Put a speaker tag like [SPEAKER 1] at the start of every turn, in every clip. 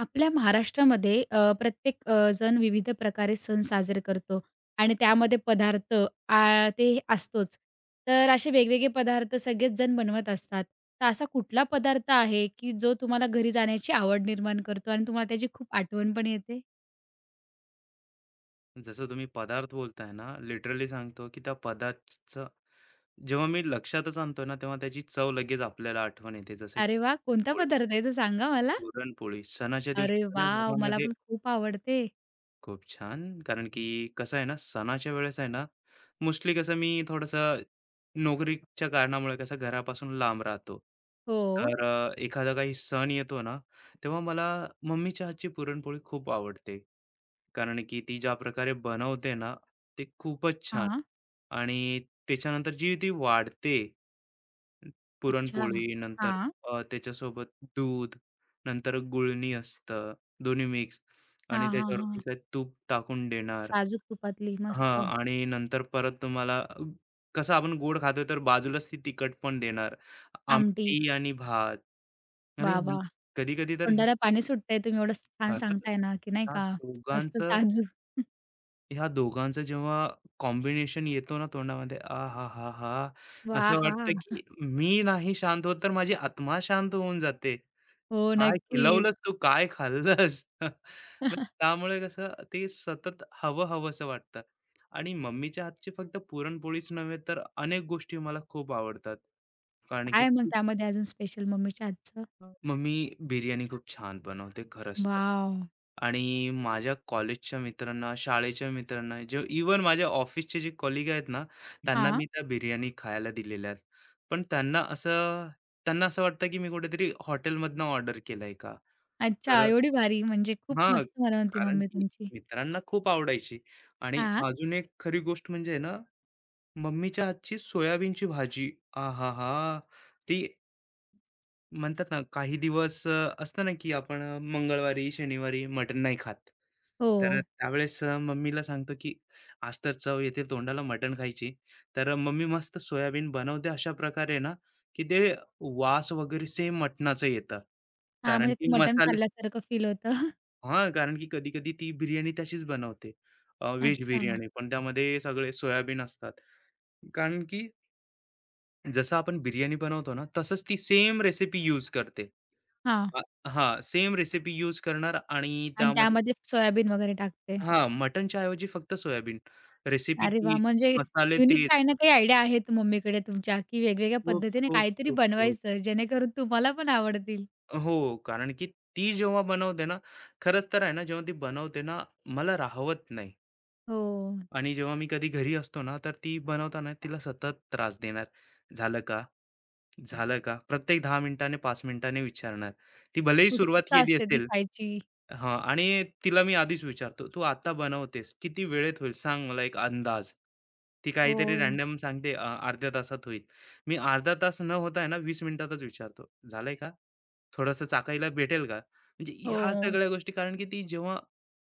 [SPEAKER 1] आपल्या महाराष्ट्रामध्ये प्रत्येक जण विविध प्रकारे सण साजरे करतो आणि त्यामध्ये पदार्थ ते असतोच. तर असे वेगवेगळे पदार्थ सगळेच जण बनवत असतात. तर असा कुठला पदार्थ आहे, की जो तुम्हाला घरी जाण्याची आवड निर्माण करतो आणि तुम्हाला त्याची खूप आठवण पण येते?
[SPEAKER 2] जसं तुम्ही पदार्थ बोलताय ना, लिटरली सांगतो, की त्या पदार्थचं जेव्हा मी लक्षातच आणतो ना, तेव्हा त्याची चव लगेच आपल्याला आठवण येते. जसं की
[SPEAKER 1] अरे वाह! कोणता
[SPEAKER 2] पोळ
[SPEAKER 1] पदार्थ आहे तो सांगा मला?
[SPEAKER 2] पुरणपोळी सणाच्या दिवशी
[SPEAKER 1] अरे
[SPEAKER 2] माझ्या
[SPEAKER 1] वाह! मला
[SPEAKER 2] घरामध्ये
[SPEAKER 1] पण खूप आवडते.
[SPEAKER 2] खूप छान. कारण की कसं आहे ना, सणाच्या वेळेस आहे ना, मोस्टली कसं मी थोडंसं नोकरीच्या कारणामुळे कसं घरापासून लांब राहतो.
[SPEAKER 1] हो.
[SPEAKER 2] तर एखादा काही सण येतो ना, तेव्हा मला मम्मीच्या हातची पुरणपोळी खूप आवडते. कारण की ती ज्या प्रकारे बनवते ना, ते खूपच छान.
[SPEAKER 1] हां.
[SPEAKER 2] आणि त्याच्यानंतर जी ती वाढते,
[SPEAKER 1] अच्छा.
[SPEAKER 2] पुरणपोळी नंतर
[SPEAKER 1] हां.
[SPEAKER 2] त्याच्यासोबत दूध, नंतर गुळणी असतं, दोन्ही मिक्स
[SPEAKER 1] हां,
[SPEAKER 2] आणि
[SPEAKER 1] हां,
[SPEAKER 2] त्याच्यावरती
[SPEAKER 1] हां.
[SPEAKER 2] काय तूप टाकून देणार.
[SPEAKER 1] साजूक तुपातली
[SPEAKER 2] हां,
[SPEAKER 1] मस्त
[SPEAKER 2] आणि नंतर परत तुम्हाला कसं आपण गोड खातो तर बाजूलाच ती तिखट पण देणार.
[SPEAKER 1] आमटी.
[SPEAKER 2] आमटी आणि भात आणि
[SPEAKER 1] वाह, वाह!
[SPEAKER 2] कधी-कधी तर ह्या
[SPEAKER 1] तोंडाला पाणी सुटतंय तुम्ही एवढं छान
[SPEAKER 2] खरंच,
[SPEAKER 1] सांगताय ना, की नाही
[SPEAKER 2] ह्या
[SPEAKER 1] का मस्त
[SPEAKER 2] दोघांचं
[SPEAKER 1] साजूक.
[SPEAKER 2] ह्या दोघांचं जेव्हा कॉम्बिनेशन येतो ना तोंडामध्ये आ हा हा हा, असं वाटतं
[SPEAKER 1] वाहा!
[SPEAKER 2] की मी नाही शांत होत तर माझी आत्मा शांत होऊन जाते.
[SPEAKER 1] हो,
[SPEAKER 2] काय
[SPEAKER 1] नक्कीच.
[SPEAKER 2] खिलवलंस तू? काय खाल्लंस? मग त्यामुळे कसं ते सतत हवं हवंसं वाटतं. आणि मम्मीच्या हातची फक्त पुरणपोळीच नव्हे तर अनेक गोष्टी मला खूप आवडतात. कारण की
[SPEAKER 1] काय मग
[SPEAKER 2] ती
[SPEAKER 1] त्यामध्ये अजून स्पेशल मम्मीच्या हातचं?
[SPEAKER 2] हं. मग मी बिर्याणी खूप छान बनवते खरंच तर.
[SPEAKER 1] वॉव!
[SPEAKER 2] आणि माझ्या कॉलेजच्या मित्रांना, शाळेच्या मित्रांना, जे इव्हन माझ्या ऑफिसचे जे कॉलिग आहेत ना, हं, त्यांना
[SPEAKER 1] हां.
[SPEAKER 2] मी त्या बिर्याणी खायला दिलेल्या आहेत. पण त्यांना असं वाटतं, की मी कुठेतरी हॉटेलमधनं ऑर्डर केलंय का?
[SPEAKER 1] अच्छा,
[SPEAKER 2] तर
[SPEAKER 1] एवढी भारी म्हणजे खूप
[SPEAKER 2] हां,
[SPEAKER 1] मस्त बनवते
[SPEAKER 2] कारण
[SPEAKER 1] मम्मी
[SPEAKER 2] की
[SPEAKER 1] तुमची.
[SPEAKER 2] मित्रांना खूप आवडायची. आणि
[SPEAKER 1] हां.
[SPEAKER 2] अजून एक खरी गोष्ट म्हणजे आहे ना मम्मीच्या हातची सोयाबीनची भाजी. आहाहा! ती म्हणतात ना, काही दिवस असतं ना, की आपण मंगळवारी, शनिवारी मटण नाही खात.
[SPEAKER 1] हो.
[SPEAKER 2] तर त्यावेळेस मम्मीला सांगतो, की "आज तर चव येते तोंडाला मटण खायची." तर मम्मी मस्त सोयाबीन बनवते अशा प्रकारे ना, की ते वास वगैरे सेम मटणाचं येतं.
[SPEAKER 1] हां,
[SPEAKER 2] कारण
[SPEAKER 1] म्हणजे
[SPEAKER 2] की
[SPEAKER 1] ते मटण
[SPEAKER 2] मसाले
[SPEAKER 1] खाल्ल्यासारखं फील होतं.
[SPEAKER 2] हां, कारण की कधी-कधी ती बिर्याणी तशीच बनवते. व्हेज
[SPEAKER 1] अच्छा.
[SPEAKER 2] बिर्याणी पण त्यामध्ये सगळे सोयाबीन असतात. कारण की जसं आपण बिर्याणी बनवतो ना, तसंच ती सेम रेसिपी यूज करते.
[SPEAKER 1] हां.
[SPEAKER 2] अ, हां, सेम रेसिपी यूज करणार. आणि
[SPEAKER 1] आणि
[SPEAKER 2] त्यामध्ये
[SPEAKER 1] त्यामध्ये सोयाबीन वगैरे टाकते.
[SPEAKER 2] हां, मटणच्या ऐवजी फक्त सोयाबीन. रेसिपी
[SPEAKER 1] अरे वाह!
[SPEAKER 2] तीच,
[SPEAKER 1] म्हणजे
[SPEAKER 2] मसाले
[SPEAKER 1] युनिक काही
[SPEAKER 2] तेच.
[SPEAKER 1] ना काही आयडिया आहेत मम्मीकडे तुमच्या, की वेगवेगळ्या
[SPEAKER 2] खूप,
[SPEAKER 1] पद्धतीने
[SPEAKER 2] खूप,
[SPEAKER 1] काहीतरी
[SPEAKER 2] खूप, खूप.
[SPEAKER 1] बनवायचं जेणेकरून तुम्हाला पण आवडतील.
[SPEAKER 2] हो, कारण की ती जेव्हा बनवते ना, खरंच तर आहे ना, जेव्हा ती बनवते ना, मला राहवत नाही.
[SPEAKER 1] हो.
[SPEAKER 2] आणि जेव्हा मी कधी घरी असतो ना, तर ती बनवताना तिला सतत त्रास देणार. "झालं का? झालं का?" प्रत्येक 10 मिनिटाने, 5 मिनिटाने विचारणार. ती भलेही सुरुवात
[SPEAKER 1] उत्सुकता
[SPEAKER 2] केली
[SPEAKER 1] असते ती
[SPEAKER 2] असेल.
[SPEAKER 1] खायची.
[SPEAKER 2] हां, आणि तिला मी आधीच विचारतो, "तू आता बनवतेस, किती वेळेत होईल? सांग मला एक अंदाज." ती काहीतरी
[SPEAKER 1] हो,
[SPEAKER 2] रँडम सांगते, अर्ध्या तासात होईल." मी अर्धा तास न होता आहे ना 20 मिनिटातच विचारतो, "झालंय का? थोडंसं चाखायला भेटेल का?" म्हणजे ह्या
[SPEAKER 1] हो.
[SPEAKER 2] सगळ्या गोष्टी कारण की ती जेव्हा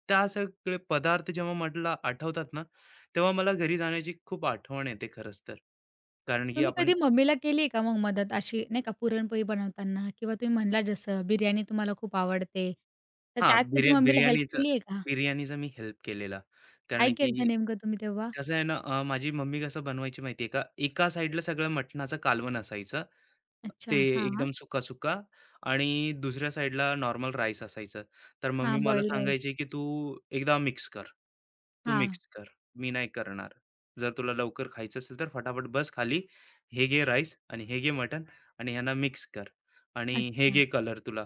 [SPEAKER 2] त्या सगळे पदार्थ जेव्हा मला आठवतात ना, तेव्हा मला घरी जाण्याची खूप आठवण येते खरंच तर. कारण की
[SPEAKER 1] तुम्ही
[SPEAKER 2] आपण
[SPEAKER 1] कधी मम्मीला केलीये का मग मदत अशी नाही का पुरणपोळी बनवताना किंवा तुम्ही म्हणला जसं बिर्याणी तुम्हाला खूप आवडते. तर
[SPEAKER 2] हां,
[SPEAKER 1] त्यात कधी मम्मीला हेल्प
[SPEAKER 2] बिर्याणीचं
[SPEAKER 1] केलीये का?
[SPEAKER 2] बिर्याणीचं मी हेल्प केलेला. कारण
[SPEAKER 1] काय केलंत
[SPEAKER 2] की
[SPEAKER 1] नेमकं तुम्ही तेव्हा?
[SPEAKER 2] कसं आहे ना, माझी मम्मी कसं बनवायची माहिती आहे का, एका साइडला सगळं मटणाचं कालवण असायचं. ते
[SPEAKER 1] अच्छा. हां,
[SPEAKER 2] एकदम सुका-सुका आणि दुसऱ्या साइडला नॉर्मल राईस असायचं. तर मम्मी
[SPEAKER 1] हां.
[SPEAKER 2] मला
[SPEAKER 1] बॉईल्ड राईस.
[SPEAKER 2] सांगायची, की "तू एकदा मिक्स कर. तू
[SPEAKER 1] हां.
[SPEAKER 2] मिक्स कर. मी नाही करणार. जर तुला लवकर खायचं असेल तर फटाफट बस खाली. हे घे राईस आणि हे घे मटण आणि ह्यांना मिक्स कर आणि हे
[SPEAKER 1] अच्छा.
[SPEAKER 2] घे कलर तुला."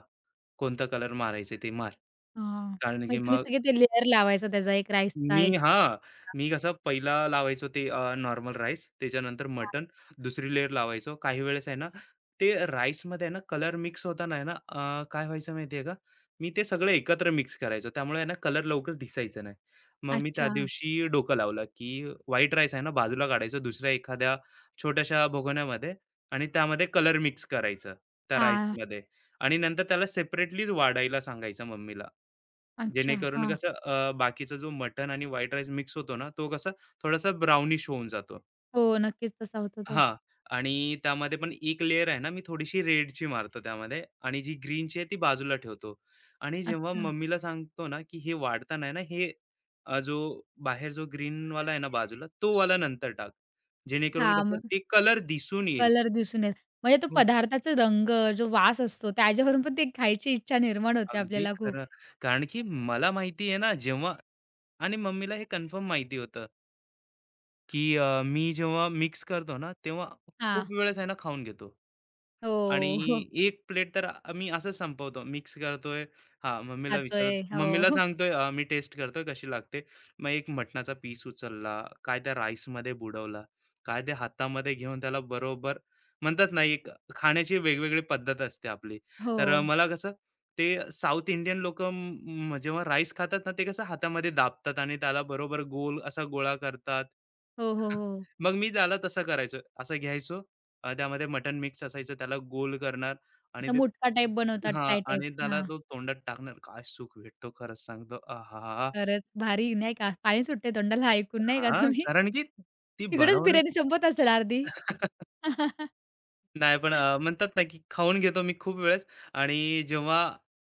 [SPEAKER 2] कोणता कलर मारायचा ते मार.
[SPEAKER 1] हां.
[SPEAKER 2] कारण की
[SPEAKER 1] म्हणजे तुम्ही
[SPEAKER 2] मग
[SPEAKER 1] सगळे ते लेयर लावायचा त्याचा एक राईसचा
[SPEAKER 2] मी
[SPEAKER 1] एक
[SPEAKER 2] हां, मी कसं पहिला लावायचो ते नॉर्मल राईस, त्याच्यानंतर
[SPEAKER 1] हां.
[SPEAKER 2] मटण, दुसरी लेयर लावायचो. काही वेळेस आहे ना, ते राईसमध्ये आहे ना कलर मिक्स होताना आहे ना, काय व्हायचं माहिती का? मी ते सगळं एकत्र मिक्स करायचो. त्यामुळे आहे ना कलर लवकर दिसायचा नाही. मग मी त्या
[SPEAKER 1] अच्छा.
[SPEAKER 2] दिवशी डोकं लावलं, की व्हाईट राईस आहे ना बाजूला काढायचं दुसऱ्या एखाद्या छोट्याशा भगोन्यामध्ये आणि त्यामध्ये कलर मिक्स करायचं त्या
[SPEAKER 1] हां.
[SPEAKER 2] राईसमध्ये. आणि नंतर त्याला सेपरेटलीच वाढायला सांगायचं मम्मीला.
[SPEAKER 1] अच्छा.
[SPEAKER 2] जेणेकरून
[SPEAKER 1] हां.
[SPEAKER 2] कसं बाकीचा जो मटण आणि व्हाईट राईस मिक्स होतो ना, तो कसा थोडासा ब्राउनिश होऊन जातो.
[SPEAKER 1] हो, नक्कीच तसा होतो तो.
[SPEAKER 2] हां. आणि त्यामध्ये पण एक लेयर आहे ना, मी थोडीशी रेडची मारतो त्यामध्ये आणि जी ग्रीनची आहे ती बाजूला ठेवतो. आणि जेव्हा
[SPEAKER 1] अच्छा.
[SPEAKER 2] मम्मीला सांगतो ना, की हे वाढताना आहे ना, हे जो बाहेर जो ग्रीनवाला आहे ना बाजूला, तो वाला नंतर टाक. जेणेकरून
[SPEAKER 1] हां.
[SPEAKER 2] कसं
[SPEAKER 1] मग
[SPEAKER 2] ते कलर दिसून येईल.
[SPEAKER 1] कलर दिसून येईल. म्हणजे तो
[SPEAKER 2] हो.
[SPEAKER 1] पदार्थाचा रंग, जो वास असतो, त्याच्यावरून पण ते खायची इच्छा निर्माण होते
[SPEAKER 2] अगदी
[SPEAKER 1] आपल्याला खूप.
[SPEAKER 2] खरं. कारण की मला माहिती आहे ना, जेव्हा आणि मम्मीला हे कन्फर्म माहिती होतं. की मी जेव्हा मिक्स करतो ना, तेव्हा
[SPEAKER 1] हां.
[SPEAKER 2] खूप वेळेस आहे ना खाऊन घेतो. आणि
[SPEAKER 1] हो, हो.
[SPEAKER 2] एक प्लेट तर आम्ही असंच संपवतो. मिक्स करतोय. हां,
[SPEAKER 1] खातोय.
[SPEAKER 2] मम्मीला
[SPEAKER 1] हो.
[SPEAKER 2] सांगतोय मी टेस्ट करतोय कशी लागते. मग एक मटणाचा पीस उचलला, काय त्या राईसमध्ये बुडवला, काय ते हातामध्ये घेऊन त्याला बरोबर म्हणतात ना, एक खाण्याची वेगवेगळी पद्धत असते आपली.
[SPEAKER 1] हो.
[SPEAKER 2] तर मला कसं ते साउथ इंडियन लोकं जेव्हा राईस खातात ना, ते कसं हातामध्ये दाबतात आणि त्याला बरोबर गोल असा गोळा करतात.
[SPEAKER 1] हो, हो, हो. हो.
[SPEAKER 2] मग मी त्याला तसं करायचो. असं घ्यायचो त्यामध्ये मटण मिक्स असायचं त्याला गोल करणार आणि
[SPEAKER 1] असा
[SPEAKER 2] ते
[SPEAKER 1] मुटका टाइप बनवतात
[SPEAKER 2] हां,
[SPEAKER 1] टाय टाइप.
[SPEAKER 2] आणि त्याला
[SPEAKER 1] हां.
[SPEAKER 2] तो तोंडात टाकणार. काय सुख भेटतो खरंच सांगतो. आहाहा!
[SPEAKER 1] खरंच भारी नाही का? पाणी सुटतंय तोंडाला ऐकून नाही का
[SPEAKER 2] हां,
[SPEAKER 1] तुम्ही?
[SPEAKER 2] कारण की ती
[SPEAKER 1] तिकडंच
[SPEAKER 2] बनवणे
[SPEAKER 1] बिर्याणी संपत असेल अर्धी.
[SPEAKER 2] नाही, पण म्हणतात ना, की खाऊन घेतो मी खूप वेळेस आणि जेव्हा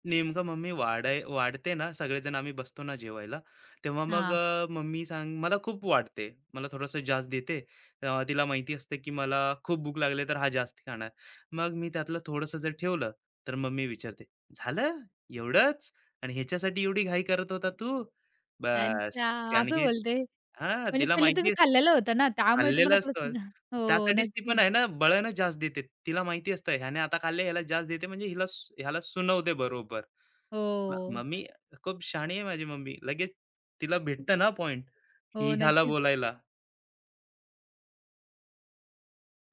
[SPEAKER 2] नेमकं मम्मी वाढते ना, सगळेजण आम्ही बसतो ना जेवायला, तेव्हा मग
[SPEAKER 1] हां.
[SPEAKER 2] मम्मी सांग मला खूप वाढते. मला थोडंसं जास्त देते. तिला माहिती असते, की मला खूप भूक लागली तर हा जास्त खाणार. मग मी त्यातलं थोडंसं जर ठेवलं, तर मम्मी विचारते, "झालं? एवढंच? आणि ह्याच्यासाठी एवढी घाई करत होता तू?" बस
[SPEAKER 1] अच्छा
[SPEAKER 2] कारण
[SPEAKER 1] असं
[SPEAKER 2] की
[SPEAKER 1] बोलते.
[SPEAKER 2] हां,
[SPEAKER 1] म्हणजे
[SPEAKER 2] तिला
[SPEAKER 1] पहिले तुम्ही
[SPEAKER 2] माहिती
[SPEAKER 1] खाल्लेलं होतं ना, त्यामुळे तुम्हाला
[SPEAKER 2] खाल्लेलं असतं.
[SPEAKER 1] थोडंसं हो,
[SPEAKER 2] त्यासाठीच ती पण
[SPEAKER 1] नक्कीच.
[SPEAKER 2] आहे ना, बळानं जास देते. तिला माहिती असतं ह्याने आता खाल्ले, ह्याला जास देते म्हणजे हिला सु ह्याला सुनवते बरोबर.
[SPEAKER 1] हो.
[SPEAKER 2] मम्मी खूप शहाणी आहे माझी मम्मी. लगेच तिला भेटतं ना पॉइंट, की
[SPEAKER 1] हो,
[SPEAKER 2] ह्याला
[SPEAKER 1] नक्कीच.
[SPEAKER 2] बोलायला.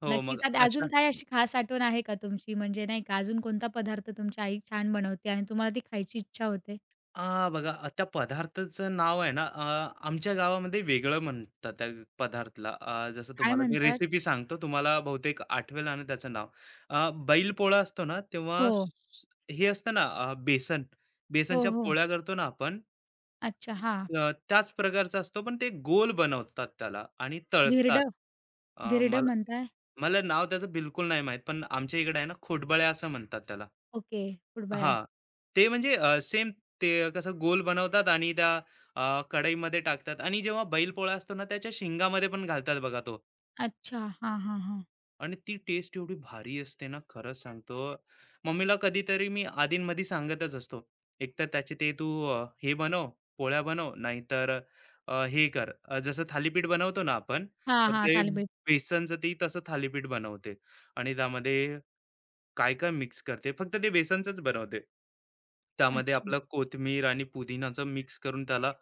[SPEAKER 2] हो,
[SPEAKER 1] नक्कीच.
[SPEAKER 2] मग
[SPEAKER 1] आता
[SPEAKER 2] अशा
[SPEAKER 1] अजून काय अशी खास आठवण आहे का तुमची? म्हणजे नाही का अजून कोणता पदार्थ तुमची आई छान बनवते आणि तुम्हाला ती खायची इच्छा होते?
[SPEAKER 2] आ, बघा त्या पदार्थाचं नाव आहे ना आमच्या गावामध्ये वेगळं म्हणतात त्या पदार्थाला जसं
[SPEAKER 1] काय
[SPEAKER 2] तुम्हाला मी
[SPEAKER 1] म्हणतात?
[SPEAKER 2] रेसिपी सांगतो तुम्हाला बहुतेक आठवेल आणि त्याचं नाव बैल पोळा असतो ना तेव्हा
[SPEAKER 1] हो.
[SPEAKER 2] हे असतं ना अ, बेसन
[SPEAKER 1] हो,
[SPEAKER 2] बेसनच्या
[SPEAKER 1] हो.
[SPEAKER 2] पोळ्या करतो ना आपण
[SPEAKER 1] अच्छा. हां.
[SPEAKER 2] त्याच प्रकारचा असतो पण ते गोल बनवतात त्याला आणि तळतात.
[SPEAKER 1] धिरडं?
[SPEAKER 2] अ,
[SPEAKER 1] धिरडं
[SPEAKER 2] मला
[SPEAKER 1] म्हणताय?
[SPEAKER 2] मला नाव त्याचं बिलकुल नाही माहित पण आमच्या इकडे आहे ना खोटबळ्या असं म्हणतात त्याला
[SPEAKER 1] ओके. कुरडया.
[SPEAKER 2] हां. ते म्हणजे सेम ते कसं गोल बनवतात आणि त्या अ, कढईमध्ये टाकतात आणि जेव्हा बैलपोळा असतो ना, त्याच्या शेंगामध्ये पण घालतात बघा तो.
[SPEAKER 1] अच्छा. हां, हां, हां.
[SPEAKER 2] आणि ती टेस्ट एवढी भारी असते ना, खरंच सांगतो. मम्मीला कधीतरी मी अधूनमधी सांगतच असतो. एकतर त्याचे ते तू हे बनव, पोळ्या बनव, नाहीतर हे कर जसं थालीपीठ बनवतो ना आपण,
[SPEAKER 1] हां,
[SPEAKER 2] तर
[SPEAKER 1] हां.
[SPEAKER 2] ते
[SPEAKER 1] थालीपीठ.
[SPEAKER 2] बेसनचं ते तसं थालीपीठ बनवते आणि त्यामध्ये काय-काय मिक्स करते. फक्त ते बेसनचंच बनवते. त्यामध्ये
[SPEAKER 1] अच्छा.
[SPEAKER 2] आपलं कोथिंबीर आणि पुदिनाचं मिक्स करून त्याला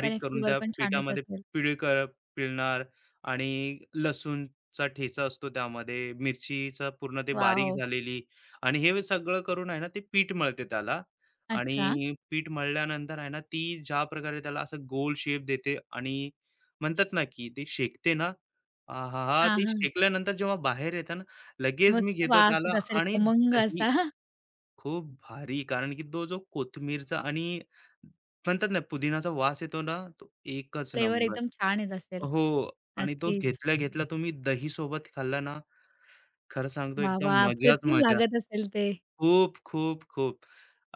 [SPEAKER 1] त्याने
[SPEAKER 2] करून
[SPEAKER 1] फ्लेवर
[SPEAKER 2] त्या
[SPEAKER 1] पण छान येत
[SPEAKER 2] पिठामध्ये
[SPEAKER 1] असेल.
[SPEAKER 2] पिळ कर पिळणार आणि लसूणचा ठेचा असतो त्यामध्ये, मिरचीचा पूर्ण ते बारीक
[SPEAKER 1] वॉव!
[SPEAKER 2] झालेली. आणि हे सगळं करून आहे ना ते पीठ मळते त्याला.
[SPEAKER 1] अच्छा.
[SPEAKER 2] आणि पीठ मळल्यानंतर आहे ना ती ज्या प्रकारे त्याला असं गोल शेप देते आणि म्हणतात ना, की ते शेकते ना, आहाहा!
[SPEAKER 1] हां,
[SPEAKER 2] ते
[SPEAKER 1] हां.
[SPEAKER 2] शेकल्यानंतर जेव्हा बाहेर येतं ना लगेच मी
[SPEAKER 1] मस्त
[SPEAKER 2] घेतो
[SPEAKER 1] वास येत
[SPEAKER 2] त्याला
[SPEAKER 1] असेल
[SPEAKER 2] आणि
[SPEAKER 1] खमंग
[SPEAKER 2] दही
[SPEAKER 1] असा.
[SPEAKER 2] खूप भारी कारण की तो जो कोथिंबीरचा आणि म्हणतात ना पुदिनाचा वास येतो ना तो एकच
[SPEAKER 1] फ्लेवर
[SPEAKER 2] नंबर.
[SPEAKER 1] एकदम छान येत असेल.
[SPEAKER 2] हो, आणि तो
[SPEAKER 1] नक्कीच.
[SPEAKER 2] घेतल्या घेतला तुम्ही दही सोबत खाल्ला ना, खरं सांगतो
[SPEAKER 1] वाह,
[SPEAKER 2] एकदम
[SPEAKER 1] वाह!
[SPEAKER 2] मजाच
[SPEAKER 1] अप्रतिम
[SPEAKER 2] मजा.
[SPEAKER 1] लागत असेल ते.
[SPEAKER 2] खूप, खूप, खूप.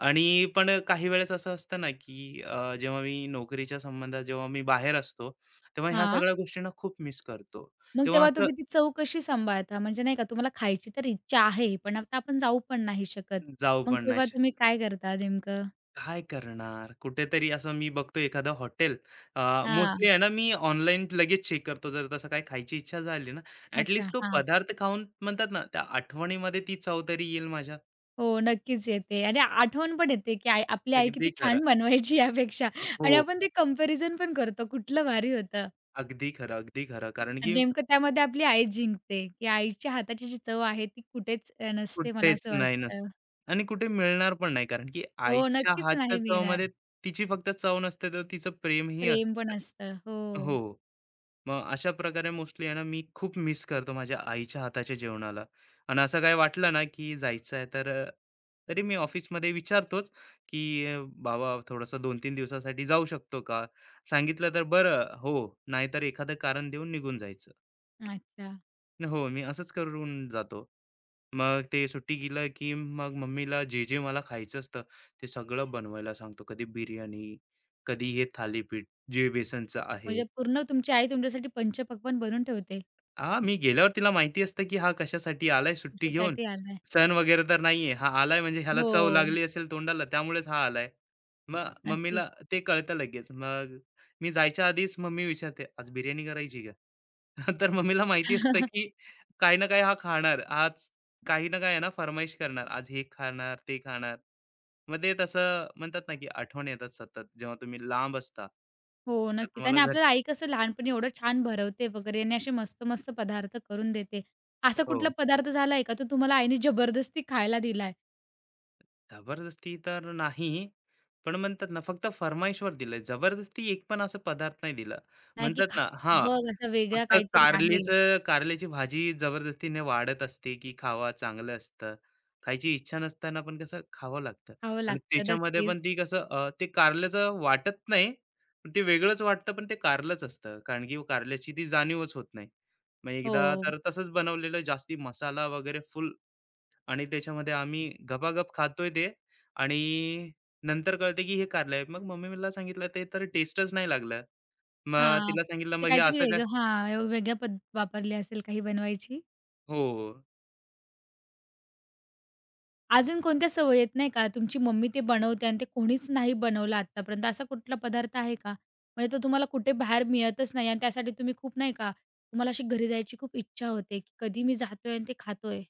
[SPEAKER 2] आणि पण काही वेळेस असं असतं ना, की जेव्हा मी नोकरीच्या संबंधात जेव्हा मी बाहेर असतो, तेव्हा ह्या
[SPEAKER 1] हां.
[SPEAKER 2] सगळ्या गोष्टींना खूप मिस करतो.
[SPEAKER 1] मग
[SPEAKER 2] तेव्हा
[SPEAKER 1] तेव्हा
[SPEAKER 2] असं
[SPEAKER 1] तुम्ही ती चव कशी सांभाळता? म्हणजे नाही का तुम्हाला खायची तर इच्छा आहे, पण आता आपण जाऊ पण नाही शकत.
[SPEAKER 2] जाऊ
[SPEAKER 1] मग
[SPEAKER 2] पण
[SPEAKER 1] तेव्हा
[SPEAKER 2] नाही.
[SPEAKER 1] तुम्ही काय करता नेमकं?
[SPEAKER 2] काय करणार? कुठेतरी असं मी बघतो एखादं हॉटेल.
[SPEAKER 1] हां.
[SPEAKER 2] मोस्टली आहे ना, मी ऑनलाईन लगेच चेक करतो. जर तसं काही खायची इच्छा झाली ना, ॲट
[SPEAKER 1] अच्छा.
[SPEAKER 2] तो
[SPEAKER 1] हां.
[SPEAKER 2] पदार्थ खाऊन म्हणतात ना, त्या आठवणीमध्ये ती चव तरी येईल माझ्या.
[SPEAKER 1] हो, नक्कीच येते आणि आठवण पण येते, की आई आपली आई किती
[SPEAKER 2] अगदी खरं.
[SPEAKER 1] छान बनवायची यापेक्षा आणि
[SPEAKER 2] हो.
[SPEAKER 1] आपण ते कंपॅरिझन पण करतो, कुठलं भारी होतं
[SPEAKER 2] अगदी खरं, अगदी खरं. कारण
[SPEAKER 1] आणि
[SPEAKER 2] की
[SPEAKER 1] नेमकं त्यामध्ये आपली आई जिंकते, की आईच्या हाताची जी चव आहे ती कुठेच नसते मला
[SPEAKER 2] कुठेच
[SPEAKER 1] असं
[SPEAKER 2] नाही
[SPEAKER 1] वाटतं.
[SPEAKER 2] नसतं आणि कुठे मिळणार पण नाही. कारण की
[SPEAKER 1] हो,
[SPEAKER 2] आईच्या
[SPEAKER 1] नक्कीच
[SPEAKER 2] हातच्या
[SPEAKER 1] नाही मिळणार.
[SPEAKER 2] चवमध्ये तिची फक्त चव नसते, तर तिचं प्रेमही
[SPEAKER 1] प्रेम पण
[SPEAKER 2] असतं.
[SPEAKER 1] असतं. हो.
[SPEAKER 2] हो. मग अशा प्रकारे मोस्टली आहे ना मी खूप मिस करतो माझ्या आईच्या हाताच्या जेवणाला. आणि असं काही वाटलं ना, की जायचं आहे तर तरी मी ऑफिसमध्ये विचारतोच, की अ, "बाबा थोडंसं 2-3 दिवसासाठी जाऊ शकतो का?" सांगितलं तर बरं, हो. नाहीतर एखादं कारण देऊन निघून जायचं.
[SPEAKER 1] अच्छा.
[SPEAKER 2] हो, मी असंच करून जातो. मग ते सुट्टी गेलं, की मग मम्मीला जे-जे मला खायचं असतं ते सगळं बनवायला सांगतो. कधी बिर्याणी, कधी हे थालीपीठ जे बेसनचं आहे.
[SPEAKER 1] म्हणजे पूर्ण तुमची आई तुमच्यासाठी पंचपक्वान्न पण बनवून ठेवते.
[SPEAKER 2] हां, मी गेल्यावर तिला माहिती असतं, की हा कशासाठी आलाय सुट्टी घेऊन.
[SPEAKER 1] तुमच्यासाठी आलाय.
[SPEAKER 2] सण वगैरे तर नाहीये. हा आलाय म्हणजे ह्याला
[SPEAKER 1] हो,
[SPEAKER 2] चव लागली असेल तोंडाला त्यामुळेच हा आलाय. मग
[SPEAKER 1] नक्कीच.
[SPEAKER 2] मम्मीला ते कळतं लगेच. मग मी जायच्या आधीच मम्मी विचारते, "आज बिर्याणी करायची का?" तर मम्मीला माहिती असतं, की काही ना काही हा खाणार. आज काही ना काही आहे ना फर्माईश करणार. आज हे खाणार, ते खाणार. मग ते तसं म्हणतात ना, की आठवण येतात सतत जेव्हा तुम्ही लांब असता.
[SPEAKER 1] हो,
[SPEAKER 2] तर
[SPEAKER 1] नक्कीच.
[SPEAKER 2] तुम्हाला
[SPEAKER 1] आणि
[SPEAKER 2] घर
[SPEAKER 1] आपल्याला आई कसं लहानपणी एवढं छान भरवते वगैरे आणि असे मस्त-मस्त पदार्थ करून देते. असा कुठला
[SPEAKER 2] हो.
[SPEAKER 1] पदार्थ झालाय का तो तुम्हाला आईने जबरदस्ती खायला दिलाय?
[SPEAKER 2] जबरदस्ती तर नाही, पण म्हणतात ना फक्त फर्माईशवर दिलंय. जबरदस्ती एक पण असा पदार्थ नाही दिला.
[SPEAKER 1] नाही की
[SPEAKER 2] म्हणतात
[SPEAKER 1] खा
[SPEAKER 2] ना हां,
[SPEAKER 1] बघ असा वेगळा
[SPEAKER 2] फक्त
[SPEAKER 1] काहीतरी आहे.
[SPEAKER 2] कारल्याची भाजी जबरदस्तीने वाढत असते, की खावा चांगलं असतं. खायची इच्छा नसताना पण कसं खावं लागतं.
[SPEAKER 1] खावं
[SPEAKER 2] आणि
[SPEAKER 1] लागतं
[SPEAKER 2] त्याच्यामध्ये
[SPEAKER 1] नक्कीच.
[SPEAKER 2] पण ती कसं ते कारल्याचं वाटत नाही, पण ते वेगळंच वाटतं पण ते कारलंच असतं. कारण की कारल्याची ती जाणीवच होत नाही. मग
[SPEAKER 1] हो.
[SPEAKER 2] एकदा तर तसंच बनवलेलं जास्ती मसाला वगैरे फुल. आणि त्याच्यामध्ये आम्ही गपागप खातोय ते आणि नंतर कळते की हे कारलंय. मग मम्मीला सांगितलं ते तर टेस्टच नाही लागलं. मग
[SPEAKER 1] हां.
[SPEAKER 2] तिला सांगितलं
[SPEAKER 1] ते
[SPEAKER 2] मग हे
[SPEAKER 1] काहीतरी
[SPEAKER 2] असं काय
[SPEAKER 1] वेगळं हां, वेगळ्या पद्धत वापरली असेल काही बनवायची?
[SPEAKER 2] हो, हो.
[SPEAKER 1] अजून कोणत्या सवयी आहेत नाही का, तुमची मम्मी ते बनवते आणि ते कोणीच नाही बनवलं आत्तापर्यंत, असा कुठला पदार्थ आहे का? म्हणजे तो तुम्हाला कुठे बाहेर मिळतच नाही आणि त्यासाठी तुम्ही खूप नाही का, तुम्हाला अशी घरी जायची खूप इच्छा होते, की कधी मी जातोय आणि ते खातोय.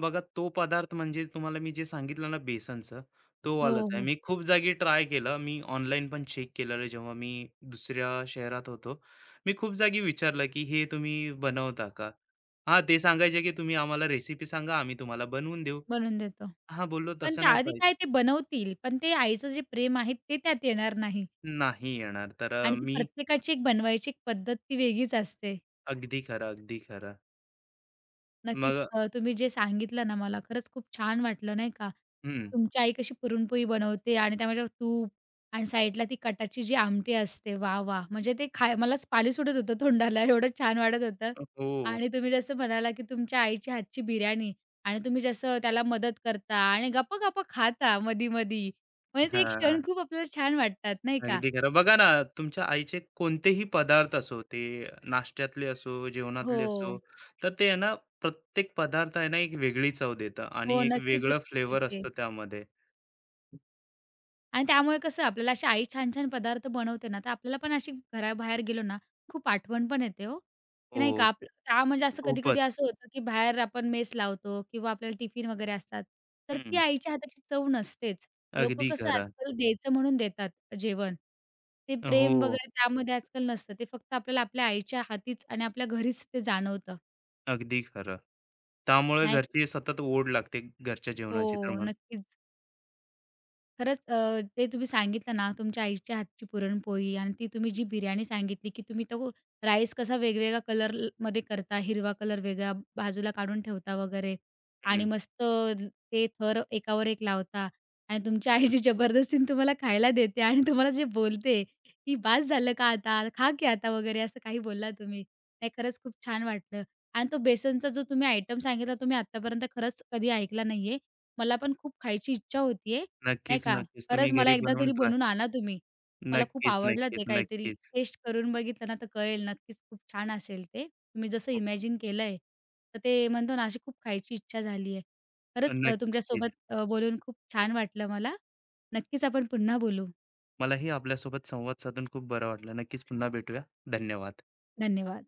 [SPEAKER 2] बघा तो पदार्थ म्हणजे तुम्हाला मी जे सांगितलं ना बेसनचं, तो
[SPEAKER 1] हो,
[SPEAKER 2] वालाच आहे.
[SPEAKER 1] हो.
[SPEAKER 2] मी खूप जागी ट्राय केलं. मी ऑनलाईन पण चेक केलेलं जेव्हा मी दुसऱ्या शहरात होतो. मी खूप जागी विचारलं की हे तुम्ही बनवता का? हां, ते सांगायचे की तुम्ही आम्हाला रेसिपी सांगा, आम्ही तुम्हाला बनवून देऊ.
[SPEAKER 1] बनवून देतो.
[SPEAKER 2] हां, बोललो
[SPEAKER 1] पण
[SPEAKER 2] तसं नाही
[SPEAKER 1] त्याआधी काय ते बनवतील, पण ते आईचं जे प्रेम आहे ते त्यात येणार नाही
[SPEAKER 2] नाही येणार. तर
[SPEAKER 1] आणि ती
[SPEAKER 2] मी
[SPEAKER 1] प्रत्येकाची एक बनवायची एक पद्धत ती वेगळीच असते.
[SPEAKER 2] अगदी खरं, अगदी खरं.
[SPEAKER 1] नक्कीच.
[SPEAKER 2] मग
[SPEAKER 1] तुम्ही जे सांगितलं ना मला खरंच खूप छान वाटलं नाही का.
[SPEAKER 2] हं.
[SPEAKER 1] तुमची आई कशी पुरणपोळी बनवते आणि त्यामध्ये तूप आणि साईडला ती कटाची जी आमटी असते. वाह! वाह! म्हणजे ते खाय मलाच पाणी सुटत होतं तोंडाला एवढं छान वाटत होतं.
[SPEAKER 2] हो.
[SPEAKER 1] आणि तुम्ही जसं म्हणाला, की तुमच्या आईच्या हातची बिर्याणी आणि तुम्ही जसं त्याला मदत करता आणि गप्पा-गप्पा खाता मधी-मधी. म्हणजे ते एक
[SPEAKER 2] हां.
[SPEAKER 1] क्षण खूप आपल्याला छान वाटतात नाही का.
[SPEAKER 2] अगदी खरं. बघा ना, तुमच्या आईचे कोणतेही पदार्थ असो, ते नाश्त्यातले असो,
[SPEAKER 1] हो.
[SPEAKER 2] जेवणातले असो, तर ते आहे ना, प्रत्येक पदार्थ आहे ना, एक वेगळी चव देतं आणि
[SPEAKER 1] हो,
[SPEAKER 2] एक
[SPEAKER 1] नक्कीच.
[SPEAKER 2] वेगळं फ्लेवर असतं त्यामध्ये.
[SPEAKER 1] आणि त्यामुळे कसं आपल्याला अशी आई छान-छान पदार्थ बनवते ना, तर आपल्याला पण अशी घराबाहेर गेलो ना, खूप आठवण पण येते हो. की
[SPEAKER 2] हो,
[SPEAKER 1] नाही का आपलं का म्हणजे असं कधी-कधी
[SPEAKER 2] खूपच.
[SPEAKER 1] असं होतं, की बाहेर आपण मेस लावतो किंवा आपल्याला टिफिन वगैरे असतात. तर ती
[SPEAKER 2] हं.
[SPEAKER 1] आईच्या हाताची चव नसतेच. लोकं
[SPEAKER 2] अगदी
[SPEAKER 1] कसं
[SPEAKER 2] खरं.
[SPEAKER 1] आजकाल द्यायचं म्हणून देतात जेवण. ते प्रेम
[SPEAKER 2] हो,
[SPEAKER 1] वगैरे त्यामध्ये आजकाल नसतं. ते फक्त आपल्याला आपल्या आईच्या हातीच आणि आपल्या घरीच ते जाणवतं.
[SPEAKER 2] अगदी खरं. त्यामुळे
[SPEAKER 1] नाही
[SPEAKER 2] घरची सतत ओढ लागते घरच्या
[SPEAKER 1] हो,
[SPEAKER 2] जेवणाची तर मला.
[SPEAKER 1] नक्कीच. खरंच जे तुम्ही सांगितलं ना, तुमच्या आईच्या हातची पुरणपोळी आणि ती तुम्ही जी बिर्याणी सांगितली, की तुम्ही तो राईस कसा वेगवेगळ्या कलरमध्ये करता, हिरवा कलर वेगळा बाजूला काढून ठेवता वगैरे आणि
[SPEAKER 2] हं.
[SPEAKER 1] मस्त ते थर एकावर एक लावता आणि तुमच्या आई जी जबरदस्तीने तुम्हाला खायला देते आणि तुम्हाला जे बोलते, की "बास झालं का आता? खा की आता" वगैरे असं काही बोलला तुम्ही. नाही खरंच खूप छान वाटलं आणि तो बेसनचा जो तुम्ही आयटम सांगितला, तो मी खरंच कधी ऐकला नाहीये. मला पण खूप खायची इच्छा होतीये. नाही
[SPEAKER 2] नक्कीच,
[SPEAKER 1] का?
[SPEAKER 2] नक्कीच. तुम्ही
[SPEAKER 1] खरंच मला
[SPEAKER 2] घरी
[SPEAKER 1] एकदा
[SPEAKER 2] बनवून
[SPEAKER 1] तरी
[SPEAKER 2] ट्राय
[SPEAKER 1] बनवून आणा तुम्ही. मला खूप
[SPEAKER 2] नक्कीच,
[SPEAKER 1] आवडलं
[SPEAKER 2] नक्कीच,
[SPEAKER 1] ते काहीतरी.
[SPEAKER 2] नक्कीच.
[SPEAKER 1] टेस्ट करून बघितलं ना, तर कळेल नक्कीच खूप छान असेल ते. तुम्ही जसं
[SPEAKER 2] हो,
[SPEAKER 1] इमॅजिन केलंय, तर ते म्हणतो ना, अशी खूप खायची इच्छा झाली आहे. खरंच
[SPEAKER 2] नक्कीच.
[SPEAKER 1] तुमच्यासोबत बोलून खूप छान वाटलं मला. नक्कीच आपण पुन्हा बोलू.
[SPEAKER 2] मलाही आपल्यासोबत संवाद साधून खूप बरं वाटलं. नक्कीच पुन्हा भेटूया. धन्यवाद.
[SPEAKER 1] धन्यवाद.